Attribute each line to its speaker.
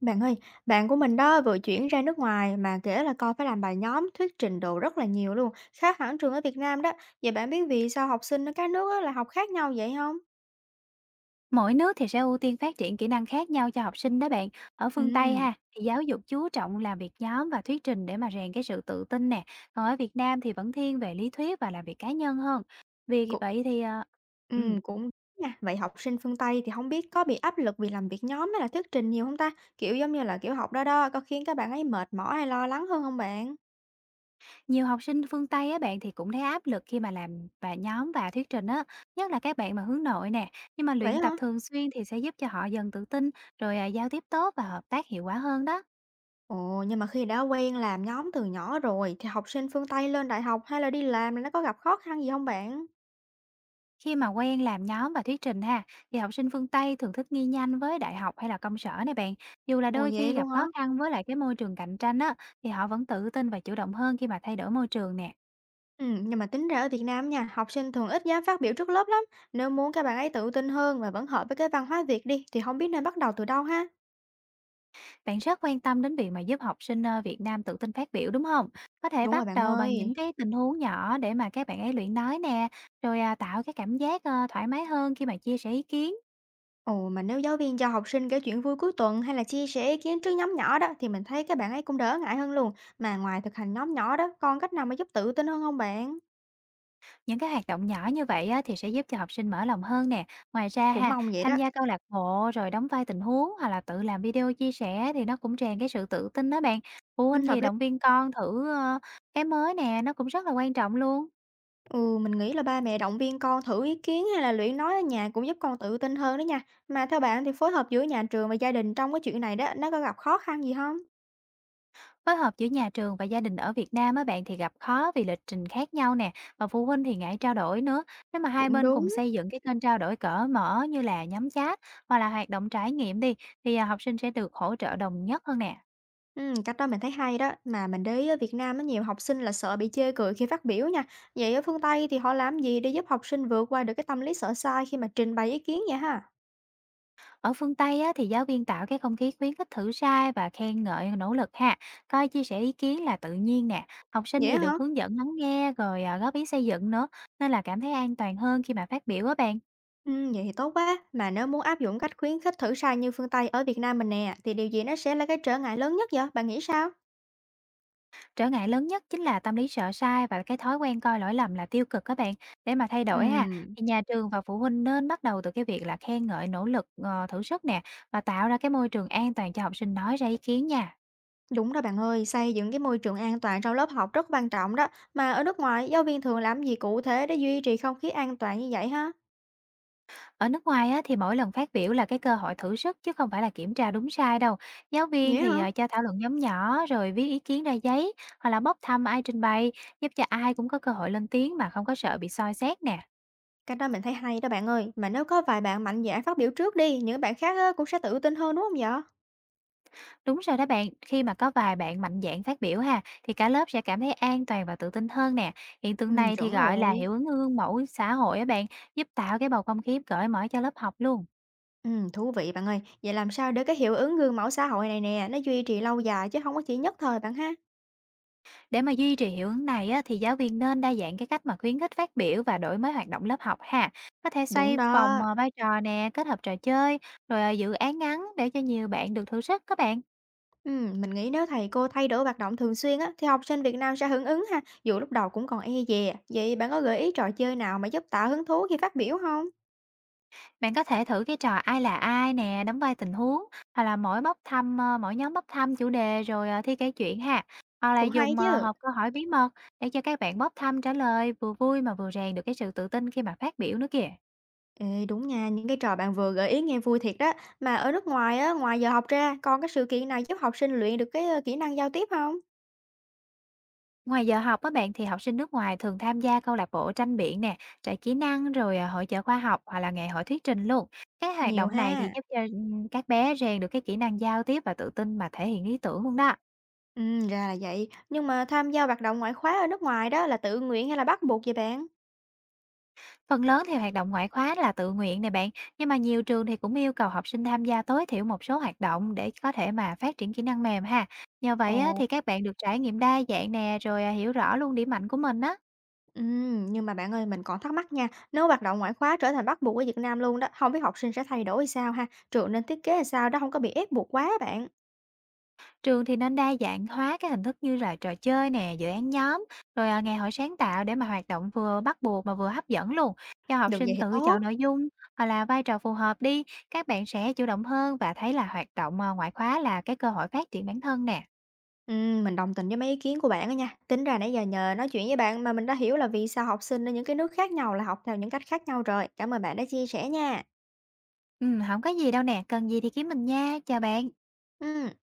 Speaker 1: Bạn ơi, bạn của mình đó vừa chuyển ra nước ngoài mà kể là con phải làm bài nhóm, thuyết trình đồ rất là nhiều luôn, khác hẳn trường ở Việt Nam đó. Vậy bạn biết vì sao học sinh ở các nước á là học khác nhau vậy không?
Speaker 2: Mỗi nước thì sẽ ưu tiên phát triển kỹ năng khác nhau cho học sinh đó bạn. Ở
Speaker 1: Ừ,
Speaker 2: phương Tây ha, thì giáo dục chú trọng làm việc nhóm và thuyết trình để mà rèn cái sự tự tin nè. Còn ở Việt Nam thì vẫn thiên về lý thuyết và làm việc cá nhân hơn. Vì
Speaker 1: cũng,
Speaker 2: vậy thì
Speaker 1: ừ,
Speaker 2: ừ,
Speaker 1: cũng đúng nha. Vậy học sinh phương Tây thì không biết có bị áp lực vì làm việc nhóm hay là thuyết trình nhiều không ta? Kiểu giống như là kiểu học đó đó, có khiến các bạn ấy mệt mỏi hay lo lắng hơn không bạn?
Speaker 2: nhiều học sinh phương Tây á bạn thì cũng thấy áp lực khi mà làm và nhóm và thuyết trình á, nhất là các bạn mà hướng nội nè. Nhưng mà
Speaker 1: Vậy
Speaker 2: luyện tập
Speaker 1: hả?
Speaker 2: thường xuyên thì sẽ giúp cho họ dần tự tin, rồi giao tiếp tốt và hợp tác hiệu quả hơn đó.
Speaker 1: Ồ, nhưng mà khi đã quen làm nhóm từ nhỏ rồi thì học sinh phương Tây lên đại học hay là đi làm là nó có gặp khó khăn gì không bạn?
Speaker 2: Khi mà quen làm nhóm và thuyết trình ha, thì học sinh phương Tây thường thích nghi nhanh với đại học hay là công sở này bạn. Dù là
Speaker 1: Ồ
Speaker 2: đôi
Speaker 1: vậy
Speaker 2: khi
Speaker 1: luôn
Speaker 2: gặp
Speaker 1: hả?
Speaker 2: khó khăn với lại cái môi trường cạnh tranh á, thì họ vẫn tự tin và chủ động hơn khi mà thay đổi môi trường nè.
Speaker 1: Nhưng mà tính ra ở Việt Nam nha, học sinh thường ít dám phát biểu trước lớp lắm. Nếu muốn các bạn ấy tự tin hơn và vẫn hợp với cái văn hóa Việt đi, thì không biết nên bắt đầu từ đâu ha?
Speaker 2: Bạn rất quan tâm đến việc mà giúp học sinh Việt Nam tự tin phát biểu đúng không? Có thể
Speaker 1: Đúng rồi
Speaker 2: bắt
Speaker 1: bạn
Speaker 2: đầu bằng
Speaker 1: ơi.
Speaker 2: những cái tình huống nhỏ để mà các bạn ấy luyện nói nè, rồi tạo cái cảm giác thoải mái hơn khi mà chia sẻ ý kiến.
Speaker 1: Ồ, mà nếu giáo viên cho học sinh kể chuyện vui cuối tuần hay là chia sẻ ý kiến trước nhóm nhỏ đó, thì mình thấy các bạn ấy cũng đỡ ngại hơn luôn. Mà ngoài thực hành nhóm nhỏ đó, còn cách nào mà giúp tự tin hơn không bạn?
Speaker 2: Những cái hoạt động nhỏ như vậy á, thì sẽ giúp cho học sinh mở lòng hơn nè. Ngoài ra
Speaker 1: Cũng
Speaker 2: ha,
Speaker 1: mong vậy
Speaker 2: tham
Speaker 1: đó.
Speaker 2: gia câu lạc bộ rồi đóng vai tình huống hoặc là tự làm video chia sẻ thì nó cũng rèn cái sự tự tin đó bạn. Phụ
Speaker 1: Ừ,
Speaker 2: huynh thì
Speaker 1: hợp lý.
Speaker 2: động viên con thử cái mới nè, nó cũng rất là quan trọng luôn.
Speaker 1: Ừ, mình nghĩ là ba mẹ động viên con thử ý kiến hay là luyện nói ở nhà cũng giúp con tự tin hơn đó nha. Mà theo bạn thì phối hợp giữa nhà trường và gia đình trong cái chuyện này đó, nó có gặp khó khăn gì không?
Speaker 2: Phối hợp giữa nhà trường và gia đình ở Việt Nam á bạn thì gặp khó vì lịch trình khác nhau nè, và phụ huynh thì ngại trao đổi nữa. Nếu mà hai
Speaker 1: Cũng
Speaker 2: bên
Speaker 1: đúng,
Speaker 2: cùng xây dựng cái kênh trao đổi cởi mở như là nhóm chat hoặc là hoạt động trải nghiệm đi thì học sinh sẽ được hỗ trợ đồng nhất hơn nè.
Speaker 1: cách đó mình thấy hay đó, mà mình để ý ở Việt Nam á nhiều học sinh là sợ bị chê cười khi phát biểu nha. Vậy ở phương Tây thì họ làm gì để giúp học sinh vượt qua được cái tâm lý sợ sai khi mà trình bày ý kiến vậy ha?
Speaker 2: Ở phương Tây á, thì giáo viên tạo cái không khí khuyến khích thử sai và khen ngợi nỗ lực ha, coi chia sẻ ý kiến là tự nhiên nè. Học sinh
Speaker 1: Vậy
Speaker 2: thì
Speaker 1: hả?
Speaker 2: được hướng dẫn lắng nghe rồi góp ý xây dựng nữa, nên là cảm thấy an toàn hơn khi mà phát biểu á bạn.
Speaker 1: Vậy thì tốt quá. Mà nếu muốn áp dụng cách khuyến khích thử sai như phương Tây ở Việt Nam mình nè, thì điều gì nó sẽ là cái trở ngại lớn nhất vậy? Bạn nghĩ sao?
Speaker 2: Trở ngại lớn nhất chính là tâm lý sợ sai và cái thói quen coi lỗi lầm là tiêu cực các bạn. Để mà thay đổi ha,
Speaker 1: Ừm,
Speaker 2: thì nhà trường và phụ huynh nên bắt đầu từ cái việc là khen ngợi nỗ lực thử sức nè và tạo ra cái môi trường an toàn cho học sinh nói ra ý kiến nha.
Speaker 1: đúng đó bạn ơi, xây dựng cái môi trường an toàn trong lớp học rất quan trọng đó. Mà ở nước ngoài, giáo viên thường làm gì cụ thể để duy trì không khí an toàn như vậy ha?
Speaker 2: Ở nước ngoài á, thì mỗi lần phát biểu là cái cơ hội thử sức chứ không phải là kiểm tra đúng sai đâu. Giáo viên
Speaker 1: Vậy
Speaker 2: thì
Speaker 1: hả?
Speaker 2: cho thảo luận nhóm nhỏ rồi viết ý kiến ra giấy hoặc là bốc thăm ai trình bày giúp cho ai cũng có cơ hội lên tiếng mà không có sợ bị soi xét nè.
Speaker 1: Cách đó mình thấy hay đó bạn ơi, mà nếu có vài bạn mạnh dạn phát biểu trước đi, những bạn khác á, cũng sẽ tự tin hơn đúng không vậy?
Speaker 2: Đúng rồi đó bạn, khi mà có vài bạn mạnh dạn phát biểu ha thì cả lớp sẽ cảm thấy an toàn và tự tin hơn nè. Hiện
Speaker 1: Ừ,
Speaker 2: tượng này thì
Speaker 1: chuẩn
Speaker 2: gọi là
Speaker 1: rồi.
Speaker 2: hiệu ứng gương mẫu xã hội á bạn, giúp tạo cái bầu không khí cởi mở cho lớp học luôn.
Speaker 1: Ừ, thú vị bạn ơi, vậy làm sao để cái hiệu ứng gương mẫu xã hội này nè, nó duy trì lâu dài chứ không có chỉ nhất thời bạn ha?
Speaker 2: Để mà duy trì hiệu ứng này á, thì giáo viên nên đa dạng cái cách mà khuyến khích phát biểu và đổi mới hoạt động lớp học ha. Có thể
Speaker 1: Đúng
Speaker 2: xoay vòng
Speaker 1: đó.
Speaker 2: vai trò nè, kết hợp trò chơi, rồi dự án ngắn để cho nhiều bạn được thử sức các bạn.
Speaker 1: Ừ, mình nghĩ nếu thầy cô thay đổi hoạt động thường xuyên á, thì học sinh Việt Nam sẽ hưởng ứng ha, dù lúc đầu cũng còn e dè. Vậy bạn có gợi ý trò chơi nào mà giúp tạo hứng thú khi phát biểu không?
Speaker 2: Bạn có thể thử cái trò ai là ai nè, đóng vai tình huống, hoặc là mỗi nhóm bóc thăm chủ đề rồi thi kể chuyện ha. Hoặc là
Speaker 1: Cũng hay
Speaker 2: dùng
Speaker 1: chứ.
Speaker 2: hộp câu hỏi bí mật để cho các bạn bóc thăm trả lời vừa vui mà vừa rèn được cái sự tự tin khi mà phát biểu nữa kìa.
Speaker 1: Ê, đúng nha, những cái trò bạn vừa gợi ý nghe vui thiệt đó. Mà ở nước ngoài á, ngoài giờ học ra, còn cái sự kiện này giúp học sinh luyện được cái kỹ năng giao tiếp không?
Speaker 2: Ngoài giờ học các bạn thì học sinh nước ngoài thường tham gia câu lạc bộ tranh biển nè, trại kỹ năng rồi hội chợ khoa học hoặc là ngày hội thuyết trình luôn. Các hoạt
Speaker 1: Nhiều
Speaker 2: động này thì
Speaker 1: ha.
Speaker 2: giúp cho các bé rèn được cái kỹ năng giao tiếp và tự tin mà thể hiện ý tưởng luôn đó.
Speaker 1: Ừ, ra là vậy. Nhưng mà tham gia hoạt động ngoại khóa ở nước ngoài đó là tự nguyện hay là bắt buộc vậy bạn?
Speaker 2: Phần lớn thì hoạt động ngoại khóa là tự nguyện nè bạn, nhưng mà nhiều trường thì cũng yêu cầu học sinh tham gia tối thiểu một số hoạt động để có thể mà phát triển kỹ năng mềm ha. Nhờ vậy á,
Speaker 1: Ồ.
Speaker 2: thì các bạn được trải nghiệm đa dạng nè, rồi hiểu rõ luôn điểm mạnh của mình á.
Speaker 1: Ừ, nhưng mà bạn ơi, mình còn thắc mắc nha. Nếu hoạt động ngoại khóa trở thành bắt buộc ở Việt Nam luôn đó, không biết học sinh sẽ thay đổi sao ha? Trường nên thiết kế là sao đó, không có bị ép buộc quá á bạn.
Speaker 2: Trường thì nên đa dạng hóa các hình thức như là trò chơi nè, dự án nhóm, rồi, ngày hội sáng tạo để mà hoạt động vừa bắt buộc mà vừa hấp dẫn luôn, cho học
Speaker 1: Được vậy
Speaker 2: sinh
Speaker 1: thì
Speaker 2: tự
Speaker 1: tốt.
Speaker 2: chọn nội dung hoặc là vai trò phù hợp đi, các bạn sẽ chủ động hơn và thấy là hoạt động, ngoại khóa là cái cơ hội phát triển bản thân nè.
Speaker 1: Mình đồng tình với mấy ý kiến của bạn đó nha. Tính ra nãy giờ nhờ nói chuyện với bạn mà mình đã hiểu là vì sao học sinh ở những cái nước khác nhau là học theo những cách khác nhau rồi. Cảm ơn bạn đã chia sẻ nha.
Speaker 2: Hổng có gì đâu nè, cần gì thì kiếm mình nha, chào bạn.
Speaker 1: Ừm.